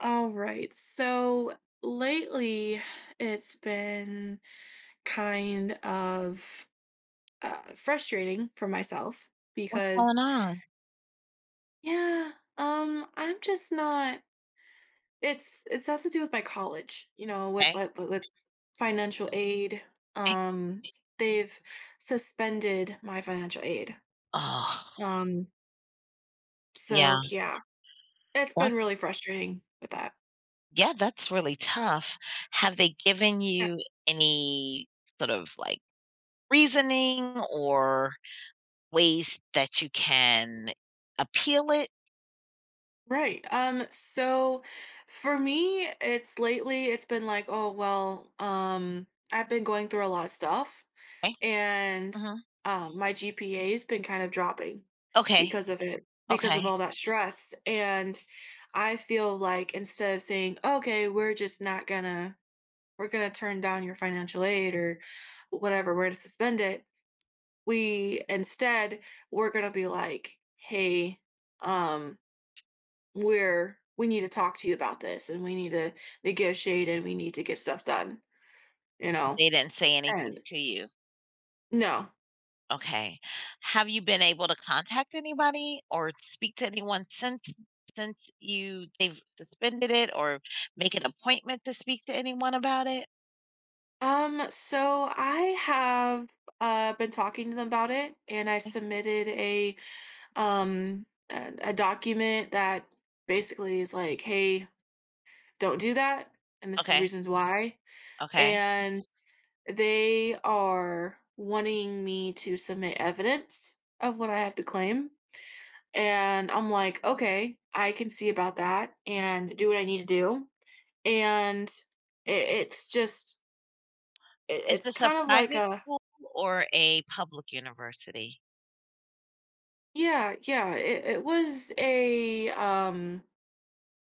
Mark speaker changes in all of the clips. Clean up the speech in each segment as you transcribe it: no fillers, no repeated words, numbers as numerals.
Speaker 1: All right. So lately, it's been kind of frustrating for myself
Speaker 2: What's going
Speaker 1: because,
Speaker 2: on?
Speaker 1: yeah, I'm just not. It has to do with my college. You know, with
Speaker 2: Okay,
Speaker 1: what with, with financial aid.
Speaker 2: eh
Speaker 1: Um, they've suspended my financial aid.
Speaker 2: Oh,
Speaker 1: Um, so
Speaker 2: yeah,
Speaker 1: yeah, it's been
Speaker 2: that's
Speaker 1: really frustrating with that.
Speaker 2: yeah, that's really tough. Have they given you any sort of, like, reasoning or ways that you can appeal it?
Speaker 1: Right. So for me, it's lately it's been like, oh well, I've been going through a lot of stuff
Speaker 2: Okay,
Speaker 1: and
Speaker 2: mhm.
Speaker 1: my GPA's been kind of dropping
Speaker 2: Okay,
Speaker 1: because of it, because of
Speaker 2: okay.
Speaker 1: all that stress. And I feel like instead of saying, okay, we're just not gonna we're gonna turn down your financial aid or whatever, we're gonna suspend it, we instead we're gonna be like, hey, um, where we need to talk to you about this and we need to negotiate and we need to get stuff done, you know?
Speaker 2: They didn't say anything
Speaker 1: And
Speaker 2: to you.
Speaker 1: no.
Speaker 2: Okay. Have you been able to contact anybody or speak to anyone since you they've suspended it or make an appointment to speak to anyone about it?
Speaker 1: So I have been talking to them about it and I submitted a um a document that basically is like, hey, don't do that, and this is
Speaker 2: Okay.
Speaker 1: reasons why.
Speaker 2: Okay.
Speaker 1: And they are wanting me to submit evidence of what I have to claim. And I'm like, "Okay, I can see about that and do what I need to do." And I it's just it
Speaker 2: Is
Speaker 1: it's
Speaker 2: this a
Speaker 1: kind of like
Speaker 2: private
Speaker 1: a…
Speaker 2: school or a public university?
Speaker 1: Yeah, yeah, it was a,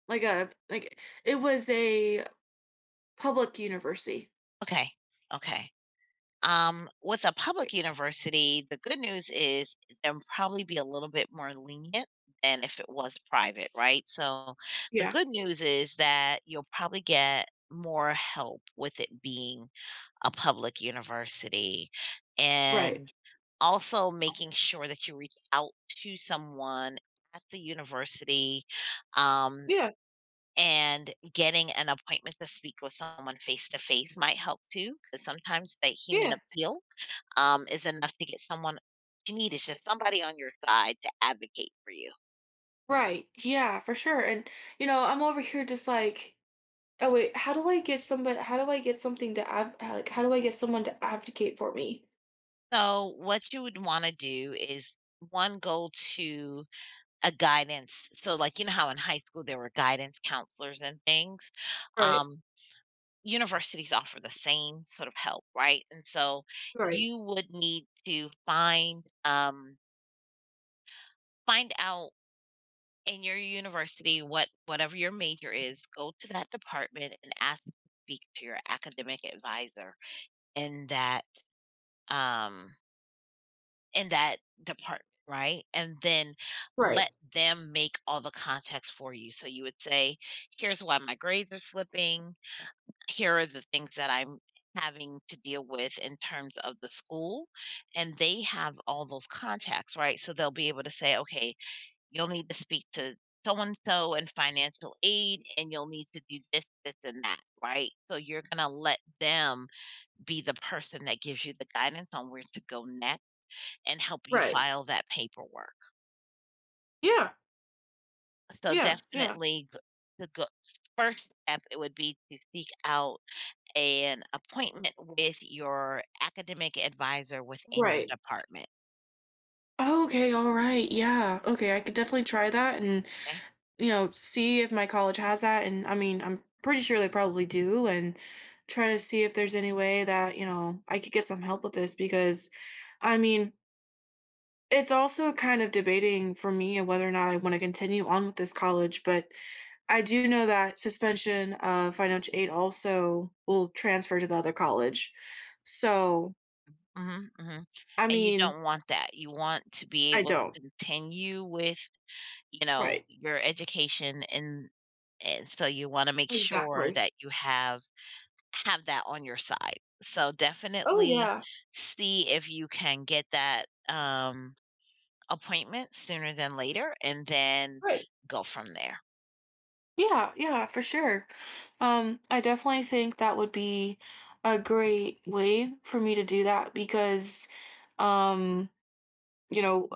Speaker 1: like a like it was a public university.
Speaker 2: Okay. Okay. With a public
Speaker 1: Right.
Speaker 2: university, the good news is they'll probably be a little bit more lenient than if it was private, right? So the
Speaker 1: Yeah,
Speaker 2: good news is that you'll probably get more help with it being a public university. And
Speaker 1: right.
Speaker 2: also making sure that you reach out to someone at the university um,
Speaker 1: Yeah,
Speaker 2: and getting an appointment to speak with someone face to face might help too, because sometimes that human
Speaker 1: yeah,
Speaker 2: appeal is enough to get someone. What you need is just somebody on your side to advocate for you.
Speaker 1: right. Yeah, for sure, and, you know, I'm over here just like, "Oh, wait, how do I get somebody? How do I get something to adv like, how do I get someone to advocate for me?"
Speaker 2: So, what you would wanna do is, one, go to a guidance so, like, you know how in high school there were guidance counselors and things?
Speaker 1: Right,
Speaker 2: Um, Universities offer the same sort of help, right? And so
Speaker 1: right,
Speaker 2: you would need to find, find out in your university, what whatever your major is, go to that department and ask to speak to your academic advisor in that um in that department, right? And then
Speaker 1: right.
Speaker 2: let them make all the contacts for you. So you would say, here's why my grades are slipping, here are the things that I'm having to deal with in terms of the school, and they have all those contacts, right? So they'll be able to say, okay, you'll need to speak to so and so in financial aid, and you'll need to do this, this, and that, right? So you're gonna let them be the person that gives you the guidance on where to go next and help you
Speaker 1: Right.
Speaker 2: file that paperwork.
Speaker 1: Yeah.
Speaker 2: So
Speaker 1: Yeah. Yeah.
Speaker 2: definitely the go- first step it would be to seek out an appointment with your academic advisor within your
Speaker 1: Right.
Speaker 2: department.
Speaker 1: Okay, all right. Yeah. Okay, I could definitely try that and,
Speaker 2: Okay.
Speaker 1: you know, see if my college has that. And I mean, I'm pretty sure they probably do and try to see if there's any way that, you know, I could get some help with this because I mean, it's also kind of debating for me and whether or not I want to continue on with this college, but I do know that suspension of financial aid also will transfer to the other college. So,
Speaker 2: Hmm, hmm.
Speaker 1: I
Speaker 2: And you
Speaker 1: mean,
Speaker 2: don't want that. You want to be
Speaker 1: I
Speaker 2: able
Speaker 1: don't.
Speaker 2: to continue with, you know,
Speaker 1: Right,
Speaker 2: your education, and so you wanna make sure
Speaker 1: exactly.
Speaker 2: that you have that on your side. So
Speaker 1: Oh,
Speaker 2: definitely
Speaker 1: yeah,
Speaker 2: see if you can get that, appointment sooner than later and then
Speaker 1: right.
Speaker 2: go from there.
Speaker 1: Yeah, yeah, for sure. I definitely think that would be a great way for me to do that because, um, you know,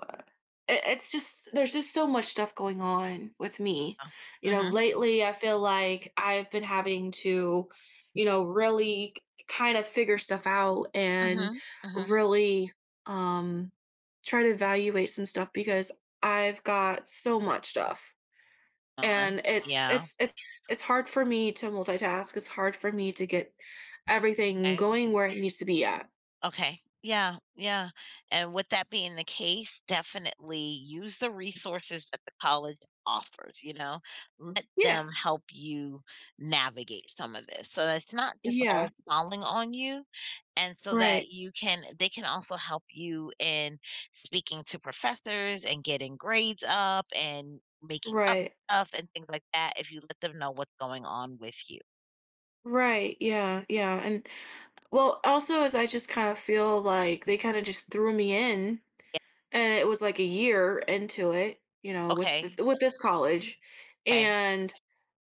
Speaker 1: it's just there's just so much stuff going on with me.
Speaker 2: Uh,
Speaker 1: You know,
Speaker 2: mhm,
Speaker 1: lately I feel like I've been having to, you know, really kind of figure stuff out and
Speaker 2: mhm, mhm.
Speaker 1: really um try to evaluate some stuff because I've got so much stuff. And
Speaker 2: On.
Speaker 1: it's
Speaker 2: Yeah.
Speaker 1: it's it's it's hard for me to multitask. It's hard for me to get everything
Speaker 2: Okay.
Speaker 1: going where it needs to be at.
Speaker 2: Okay. Yeah, yeah. And with that being the case, definitely use the resources that the college offers, you know, let
Speaker 1: Yeah.
Speaker 2: them help you navigate some of this. So that's not just
Speaker 1: Yeah.
Speaker 2: all falling on you. And so that
Speaker 1: Right.
Speaker 2: you can, they can also help you in speaking to professors and getting grades up and making up
Speaker 1: Right.
Speaker 2: stuff and things like that if you let them know what's going on with you.
Speaker 1: Right. Yeah. Yeah. And well, also as I just kind of feel like they kinda just threw me in,
Speaker 2: Yeah.
Speaker 1: and it was like a year into it, you know, with th
Speaker 2: Okay.
Speaker 1: with this college,
Speaker 2: Okay.
Speaker 1: and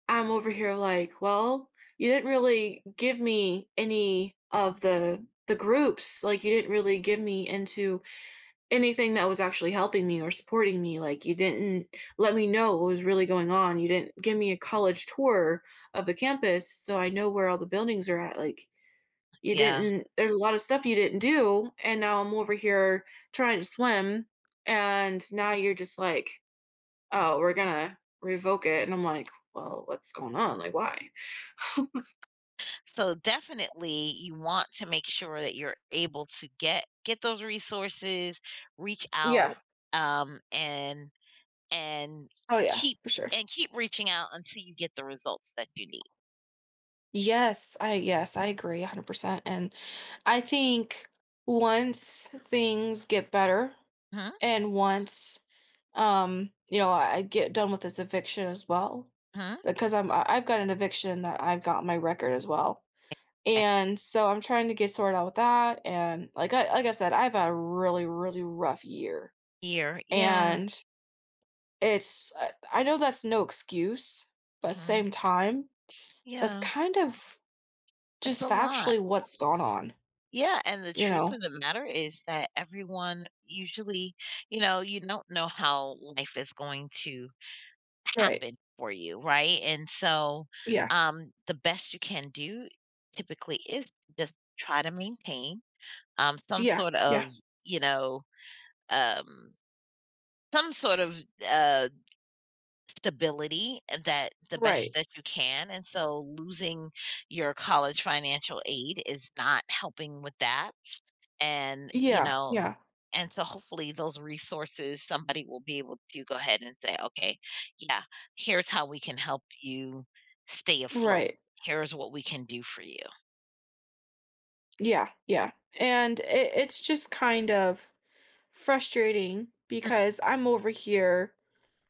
Speaker 1: I'm over here like, "Well, you didn't really give me any of the groups, like, you didn't really give me into anything that was actually helping me or supporting me, like, you didn't let me know what was really going on, you didn't give me a college tour of the campus so I know where all the buildings are at, like, you
Speaker 2: Yeah.
Speaker 1: didn't there's a lot of stuff you didn't do, and now I'm over here trying to swim, and now you're just like, "Oh, we're gonna revoke it," and I'm like, "Well, what's going on? Like, why?"
Speaker 2: So definitely you want to make sure that you're able to get those resources, reach
Speaker 1: Yeah.
Speaker 2: out, um and and
Speaker 1: Oh, yeah,
Speaker 2: keep
Speaker 1: for sure.
Speaker 2: and keep reaching out until you get the results that you need.
Speaker 1: Yes, I agree 100%, and I think once things get better
Speaker 2: Hmm
Speaker 1: and once, you know, I get done with this eviction as well,
Speaker 2: hmm
Speaker 1: because I've got an eviction that I've got on my record as well. And so I'm trying to get sorted out with that, and like I said, I've had a really, really rough year,
Speaker 2: here yeah
Speaker 1: and it's I know that's no excuse, but at the
Speaker 2: hmm
Speaker 1: same time, that's
Speaker 2: yeah,
Speaker 1: kind of
Speaker 2: it's
Speaker 1: just
Speaker 2: a lot.
Speaker 1: factually what's gone on,
Speaker 2: Yeah, and the
Speaker 1: you
Speaker 2: truth
Speaker 1: know?
Speaker 2: of the matter is that everyone usually, you know, you don't know how life is going to
Speaker 1: Right.
Speaker 2: happen for you, right? And so,
Speaker 1: Yeah.
Speaker 2: um, the best you can do typically is just try to maintain some
Speaker 1: Yeah.
Speaker 2: sort
Speaker 1: Yeah.
Speaker 2: of, you know, um, some sort of uh, stability that the best
Speaker 1: Right.
Speaker 2: that you can. And so, losing your college financial aid is not helping with that. And, you
Speaker 1: Yeah.
Speaker 2: know,
Speaker 1: Yeah.
Speaker 2: and so hopefully those resources, somebody will be able to go ahead and say, okay, yeah, here's how we can help you stay afloat.
Speaker 1: Right.
Speaker 2: Here's what we can do for you.
Speaker 1: Yeah. Yeah. And it's just kind of frustrating
Speaker 2: Mm,
Speaker 1: because I'm over here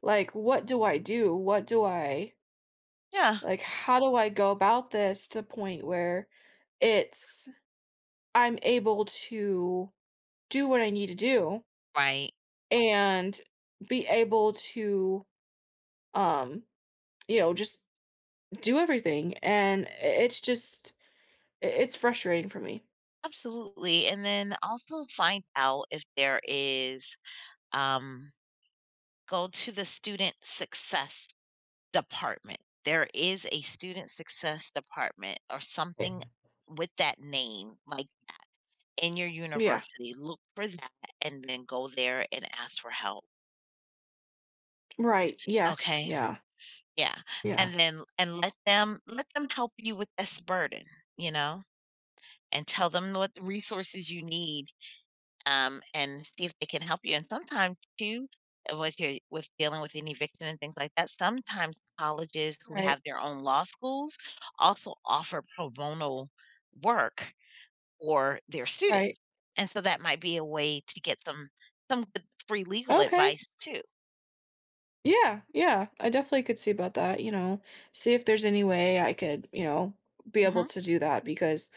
Speaker 1: like, what do I do? What do I…
Speaker 2: Yeah,
Speaker 1: Like, how do I go about this to the point where it's I'm able to do what I need to do
Speaker 2: Right.
Speaker 1: and be able to um, you know, just do everything and it's just it's frustrating for me.
Speaker 2: Absolutely. And then also find out if there is, um, go to the student success department. There is a student success department or
Speaker 1: Yeah.
Speaker 2: something with that name, like in your
Speaker 1: Yeah.
Speaker 2: university, look for that and then go there and ask for help.
Speaker 1: Right. Yes.
Speaker 2: Okay.
Speaker 1: Yeah.
Speaker 2: Yeah,
Speaker 1: Yeah.
Speaker 2: and then and let them help you with this burden, you know, and tell them what the resources you need, and see if they can help you. And sometimes too, with your with dealing with an eviction and things like that, sometimes colleges who
Speaker 1: Right.
Speaker 2: have their own law schools also offer pro bono work or their student.
Speaker 1: Right.
Speaker 2: And so that might be a way to get some good free legal
Speaker 1: Okay.
Speaker 2: advice too.
Speaker 1: Yeah. Yeah. I definitely could see about that, you know. See if there's any way I could, you know, be able
Speaker 2: Mhm.
Speaker 1: to do that because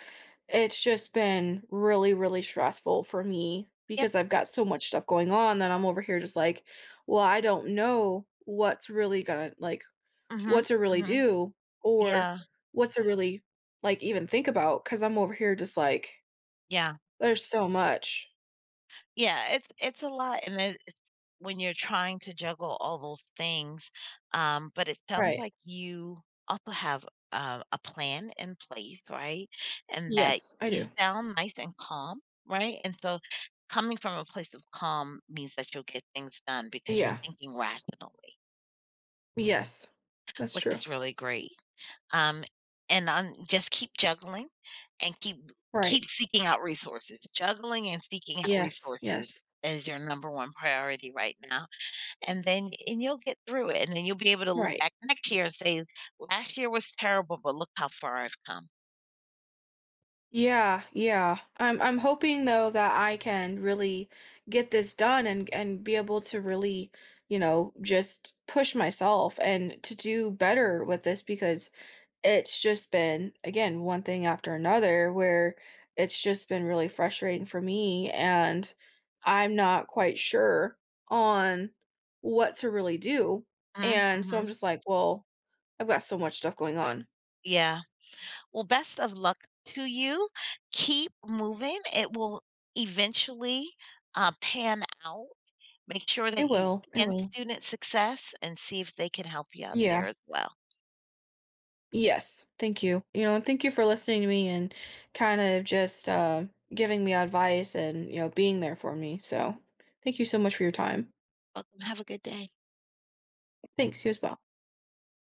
Speaker 1: it's just been really, really stressful for me
Speaker 2: Yep.
Speaker 1: because I've got so much stuff going on that I'm over here just like, well, I don't know what's really gonna like what
Speaker 2: Mhm.
Speaker 1: to really
Speaker 2: Mhm.
Speaker 1: do or
Speaker 2: Yeah.
Speaker 1: what to really like even think about because I'm over here just like,
Speaker 2: Yeah.
Speaker 1: there's so much.
Speaker 2: Yeah, it's a lot and it's when you're trying to juggle all those things, but it sounds
Speaker 1: Right.
Speaker 2: like you also have, a plan in place, right? And that
Speaker 1: Yes, I
Speaker 2: you
Speaker 1: do.
Speaker 2: sound nice and calm, right? And so coming from a place of calm means that you'll get things done because you're
Speaker 1: Yeah.
Speaker 2: thinking rationally,
Speaker 1: Yes. That's
Speaker 2: which
Speaker 1: true.
Speaker 2: is really great. Um, and I'm just keep juggling and keep
Speaker 1: Right.
Speaker 2: keep seeking out resources. Juggling and seeking out
Speaker 1: Yes.
Speaker 2: resources
Speaker 1: Yes.
Speaker 2: is your number one priority right now, and then and you'll get through it, and then you'll be able to look
Speaker 1: Right.
Speaker 2: back next year and say, "Last year was terrible, but look how far I've come."
Speaker 1: Yeah, yeah. I'm hoping though that I can really get this done and be able to really, you know, just push myself and to do better with this because it's just been again one thing after another where it's just been really frustrating for me and I'm not quite sure on what to really do.
Speaker 2: mm
Speaker 1: And so
Speaker 2: mhm.
Speaker 1: I'm just like, well, I've got so much stuff going on.
Speaker 2: Yeah. Well, best of luck to you. Keep moving. It will eventually, pan out. Make sure
Speaker 1: It
Speaker 2: that you
Speaker 1: will. It
Speaker 2: end
Speaker 1: will.
Speaker 2: student success and see if they can help you out there
Speaker 1: Yeah.
Speaker 2: as well.
Speaker 1: Yes, thank you. You know, and thank you for listening to me and kind of just giving me advice and, you know, being there for me. So, thank you so much for your time.
Speaker 2: Welcome, have a good day.
Speaker 1: Thanks, you as well.